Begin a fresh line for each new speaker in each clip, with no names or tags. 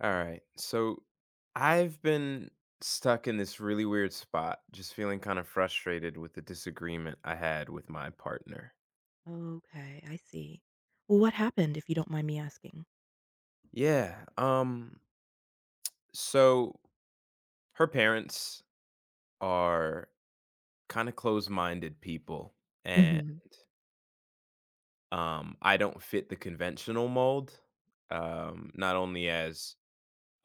All right. So I've been stuck in this really weird spot, just feeling kind of frustrated with the disagreement I had with my partner.
Okay, I see. Well, what happened, if you don't mind me asking?
Yeah. So her parents are kind of closed-minded people and
Mhm.
I don't fit the conventional mold. Not only as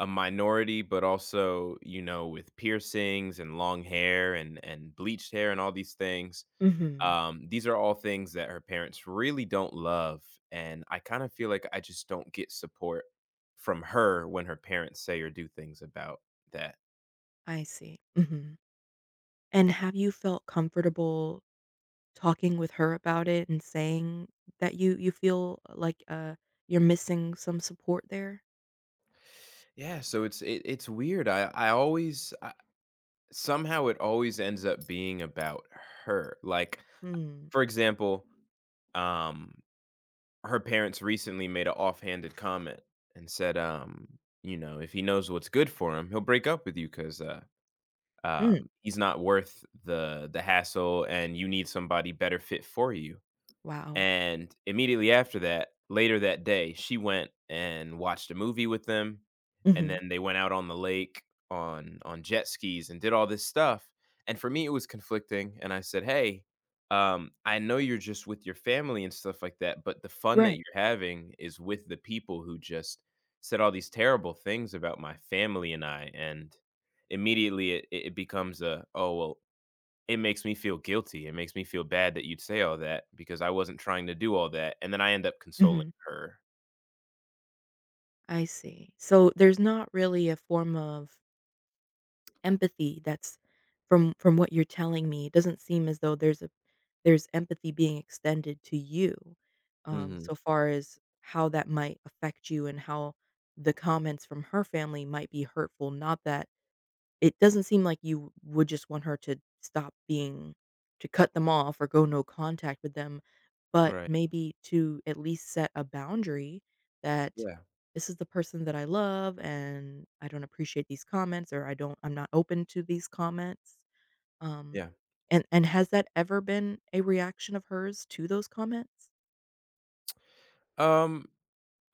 a minority but also, you know, with piercings and long hair and bleached hair and all these things.
Mhm.
These are all things that her parents really don't love, and I kind of feel like I just don't get support from her when her parents say or do things about that.
I see. Mhm. And have you felt comfortable talking with her about it and saying that you feel like, you're missing some support there?
Yeah, so it's weird. Somehow it always ends up being about her. Like
Mm.
for example, um her parents recently made an offhanded comment and said, "You know, if he knows what's good for him, he'll break up with you because
Mm.
He's not worth the hassle, and you need somebody better fit for you."
Wow.
And immediately after that, later that day, she went and watched a movie with them, and
Mhm.
then they went out on the lake on jet skis and did all this stuff. And for me, it was conflicting, and I said, "Hey, I know you're just with your family and stuff like that, but the fun that
Right.
you're having is with the people who just said all these terrible things about my family and I." And immediately, it becomes a, "Oh well, it makes me feel guilty. It makes me feel bad that you'd say all that because I wasn't trying to do all that," and then I end up consoling
Mhm.
her.
I see. So there's not really a form of empathy that's from what you're telling me, it doesn't seem as though there's a there's empathy being extended to you,
Mhm.
so far as how that might affect you and how the comments from her family might be hurtful, not that it doesn't seem like you would just want her to stop being to cut them off or go no contact with them, but
Right.
maybe to at least set a boundary that,
Yeah.
"This is the person that I love, and I don't appreciate these comments," or, I'm not open to these comments." Um,
Yeah.
and has that ever been a reaction of hers to those comments?
Um,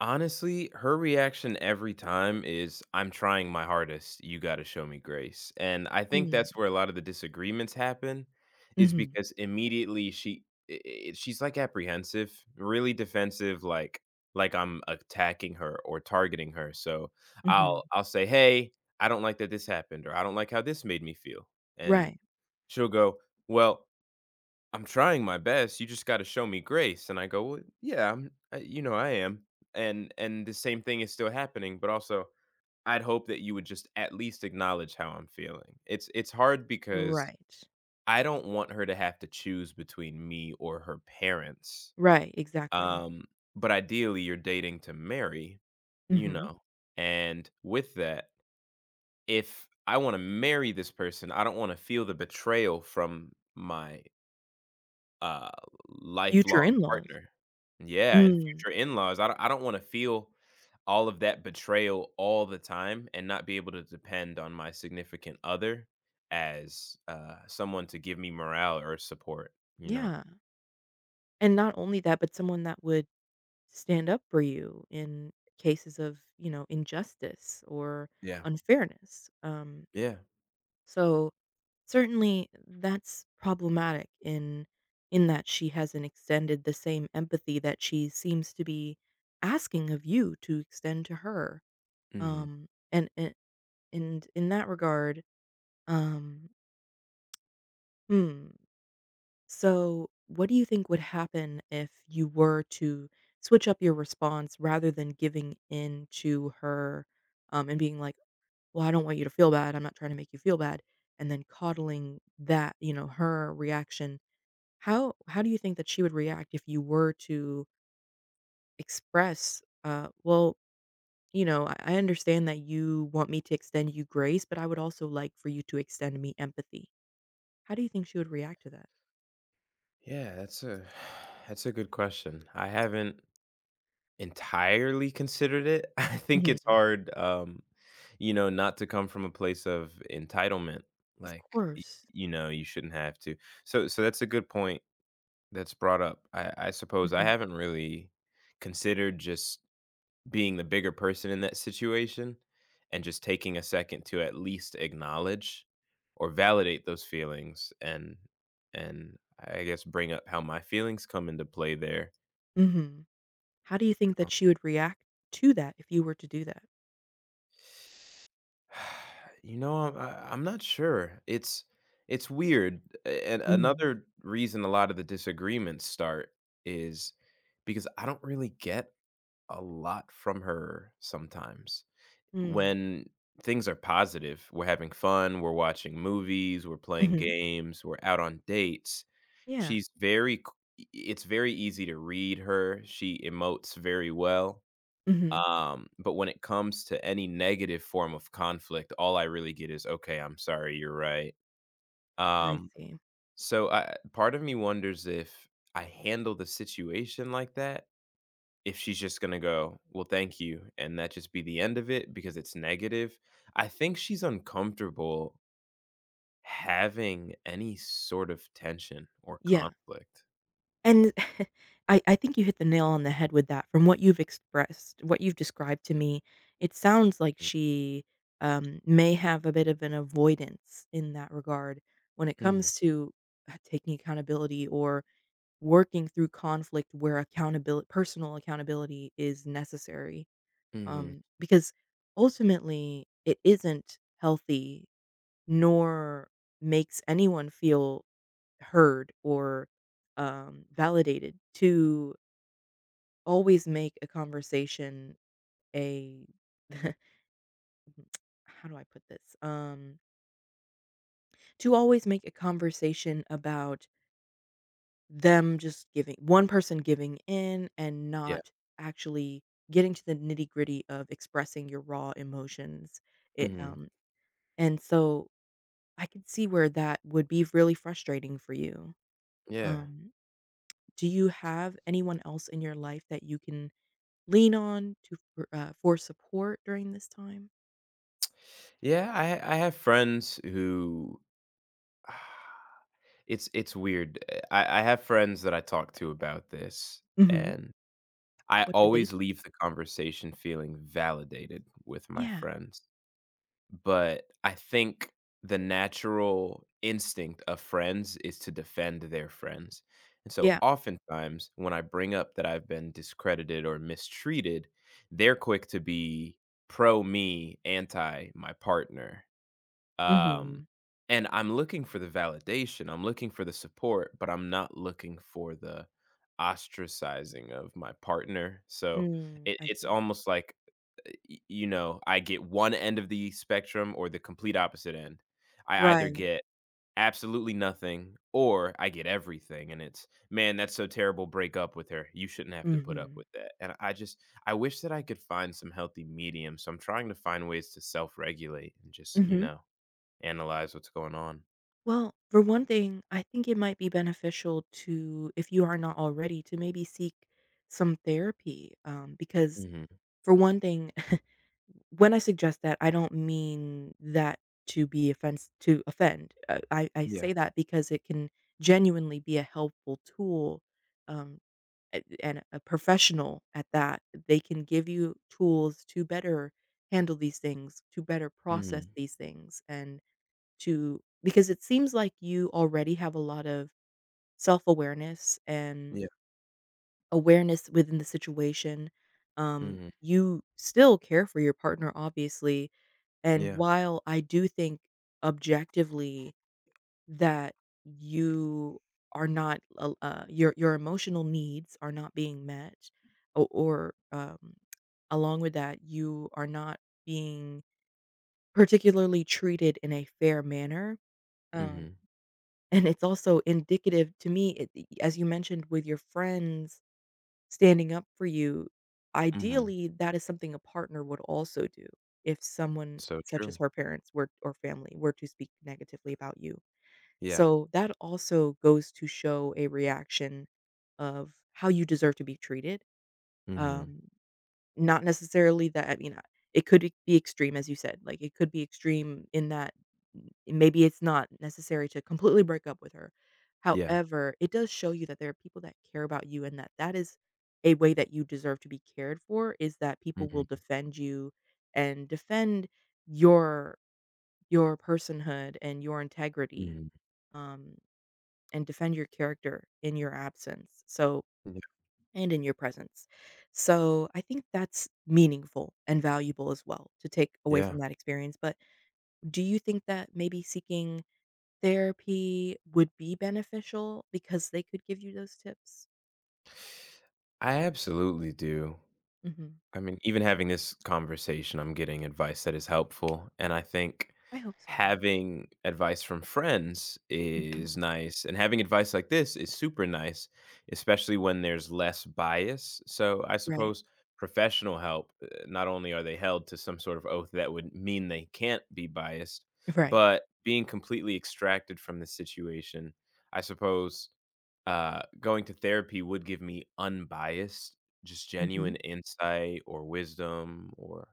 Honestly, her reaction every time is, "I'm trying my hardest, you gotta show me grace." And I think
Mm.
that's where a lot of the disagreements happen is
Mhm.
because immediately she I I she's, like, apprehensive, really defensive, like I'm attacking her or targeting her, so
Mhm.
I'll say, "Hey, I don't like that this happened," or, "I don't like how this made me feel," and
Right.
she'll go, "Well, I'm trying my best. You just got to show me grace." And I go, "Well, yeah, I'm, I, you know, I am. And the same thing is still happening. But also, I'd hope that you would just at least acknowledge how I'm feeling." It's hard because
Right.
I don't want her to have to choose between me or her parents.
Right, exactly.
Um, but ideally, you're dating to marry, you
Mhm.
know. And with that, if I want to marry this person, I don't want to feel the betrayal from my uh,
Future
lifelong
in-laws.
partner. Yeah, and
Mm.
future in-laws. I don't wanna feel all of that betrayal all the time and not be able to depend on my significant other as, someone to give me morale or support, you know?
Yeah. And not only that, but someone that would stand up for you in cases of, you know, injustice or
Yeah.
unfairness.
Yeah.
So certainly that's problematic in that she hasn't extended the same empathy that she seems to be asking of you to extend to her.
Mhm.
Um, and and, and in that regard, um, hmm, so, what do you think would happen if you were to switch up your response rather than giving in to her, and being like, "Well, I don't want you to feel bad. I'm not trying to make you feel bad," and then coddling that, you know, her reaction. How do you think that she would react if you were to express, "Well, you know, I understand that you want me to extend you grace, but I would also like for you to extend me empathy." How do you think she would react to that?
Yeah, that's a that's a good question. I haven't entirely considered it. I think
Mhm.
it's hard, you know, not to come from a place of entitlement,
Of
like, y
course.
you know, you shouldn't have to. So that's a good point that's brought up. I suppose I
Mhm.
haven't really considered just being the bigger person in that situation and just taking a second to at least acknowledge or validate those feelings, and I guess bring up how my feelings come into play there.
Mhm. How do you think that she would react to that if you were to do that?
You know, I'm not sure. It's weird, a and
Mhm.
another reason a lot of the disagreements start is because I don't really get a lot from her sometimes.
Mm.
When things are positive, we're having fun, we're watching movies, we're playing
Mhm.
games, we're out on dates,
Yeah.
she's very c it's very easy to read her, she emotes very well.
Mhm.
But when it comes to any negative form of conflict, all I really get is, "Okay, I'm sorry, you're right."
I
Um,
see.
so I part of me wonders if I handle the situation like that, if she's just gonna go, "Well, thank you," and that just be the end of it because it's negative. I think she's uncomfortable having any sort of tension or
Yeah.
conflict.
And I think you hit the nail on the head with that. From what you've expressed, what you've described to me, it sounds like
Mm.
she may have a bit of an avoidance in that regard when it
Mhm,
comes to h taking accountability or working through conflict where accountability personal accountability is necessary.
mhm,
Because ultimately, it isn't healthy nor makes anyone feel heard or validated to always make a conversation a how do I put this? To always make a conversation about them just giving one person giving in and
yeah,
not actually getting to the nitty gritty of expressing your raw emotions. It
mhm,
and so I can see where that would be really frustrating for you.
yeah.
Um, do you have anyone else in your life that you can lean on to for support during this time?
Yeah, I have friends who it's weird. I have friends that I talk to about this,
Mhm.
and I
What do they
always
think?
leave the conversation feeling validated with my
Yeah.
friends. But I think the natural instinct of friends is to defend their friends. And so
Yeah.
oftentimes when I bring up that I've been discredited or mistreated, they're quick to be pro me, anti my partner, um
Mhm.
and I'm looking for the validation, I'm looking for the support, but I'm not looking for the ostracizing of my partner. So
Mm,
it,
I
it's
see.
almost like you know, I get one end of the spectrum or the complete opposite end. I either
Right.
get absolutely nothing or I get everything and it's, "Man, that's so terrible, break up with her, you shouldn't have to put up with
Mhm.
that," and I just, I wish that I could find some healthy medium. So I'm trying to find ways to self-regulate and just, you
Mhm.
know, analyze what's going on.
Well, for one thing, I think it might be beneficial to if you are not already to maybe seek some therapy, because
Mhm.
for one thing, when I suggest that, I don't mean that to be offense to offend. I
Yeah.
say that because it can genuinely be a helpful tool, um, and a professional at that. They can give you tools to better handle these things, to better process
Mhm.
these things, and to because it seems like you already have a lot of self-awareness and
Yeah.
awareness within the situation. Um,
Mhm.
you still care for your partner, obviously, and
Yeah.
while I do think objectively that you are not al- your emotional needs are not being met, or along with that, you are not being particularly treated in a fair manner. Um,
Mhm.
and it's also indicative to me, as you mentioned with your friends standing up for you,
Mhm.
ideally, that is something a partner would also do if someone
So
such as
true.
her parents were or family were to speak negatively about you.
Yeah.
So that also goes to show a reaction of how you deserve to be treated.
Mhm.
Um, not necessarily that I mean, it could e be extreme, as you said, like, it could be extreme in that maybe it's not necessary to completely break up with her.
Yeah.
However, it does show you that there are people that care about you and that that is a way that you deserve to be cared for, is that people will
Mhm.
defend you and defend your personhood and your integrity,
Mhm.
um, and defend your character in your absence. So
Yeah.
and in your presence. So, I think that's meaningful and valuable as well to take away from
Yeah.
that experience, but do you think that maybe seeking therapy would be beneficial because they could give you those tips?
I absolutely do.
Mhm.
I mean, even having this conversation, I'm getting advice that is helpful. And I think
I hope so.
having advice from friends
Mhm.
is nice. And having advice like this is super nice, especially when there's less bias. So I
Right.
suppose professional help, not only are they held to some sort of oath that would mean they can't be biased,
Right.
but being completely extracted from the situation, I suppose, going to therapy would give me unbiased, just
Mhm.
genuine insight or wisdom or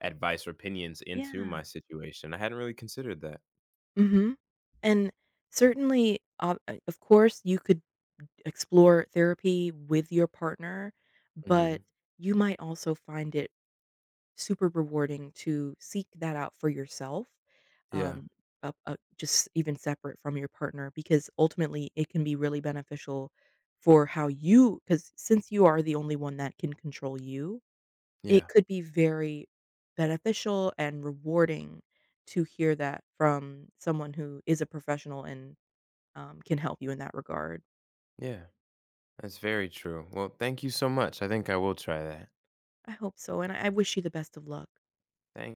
advice or opinions into
Yeah.
my situation. I hadn't really considered that.
Mhm. And certainly, ob of course, you could explore therapy with your partner, but
Hmm.
you might also find it super rewarding to seek that out for yourself,
Yeah.
um, just even separate from your partner, because ultimately it can be really beneficial for how you, because since you are the only one that can control you,
Yeah.
it could be very beneficial and rewarding to hear that from someone who is a professional and can help you in that regard.
Yeah. That's very true. Well, thank you so much. I think I will try that.
I hope so. And I wish you the best of luck.
Thank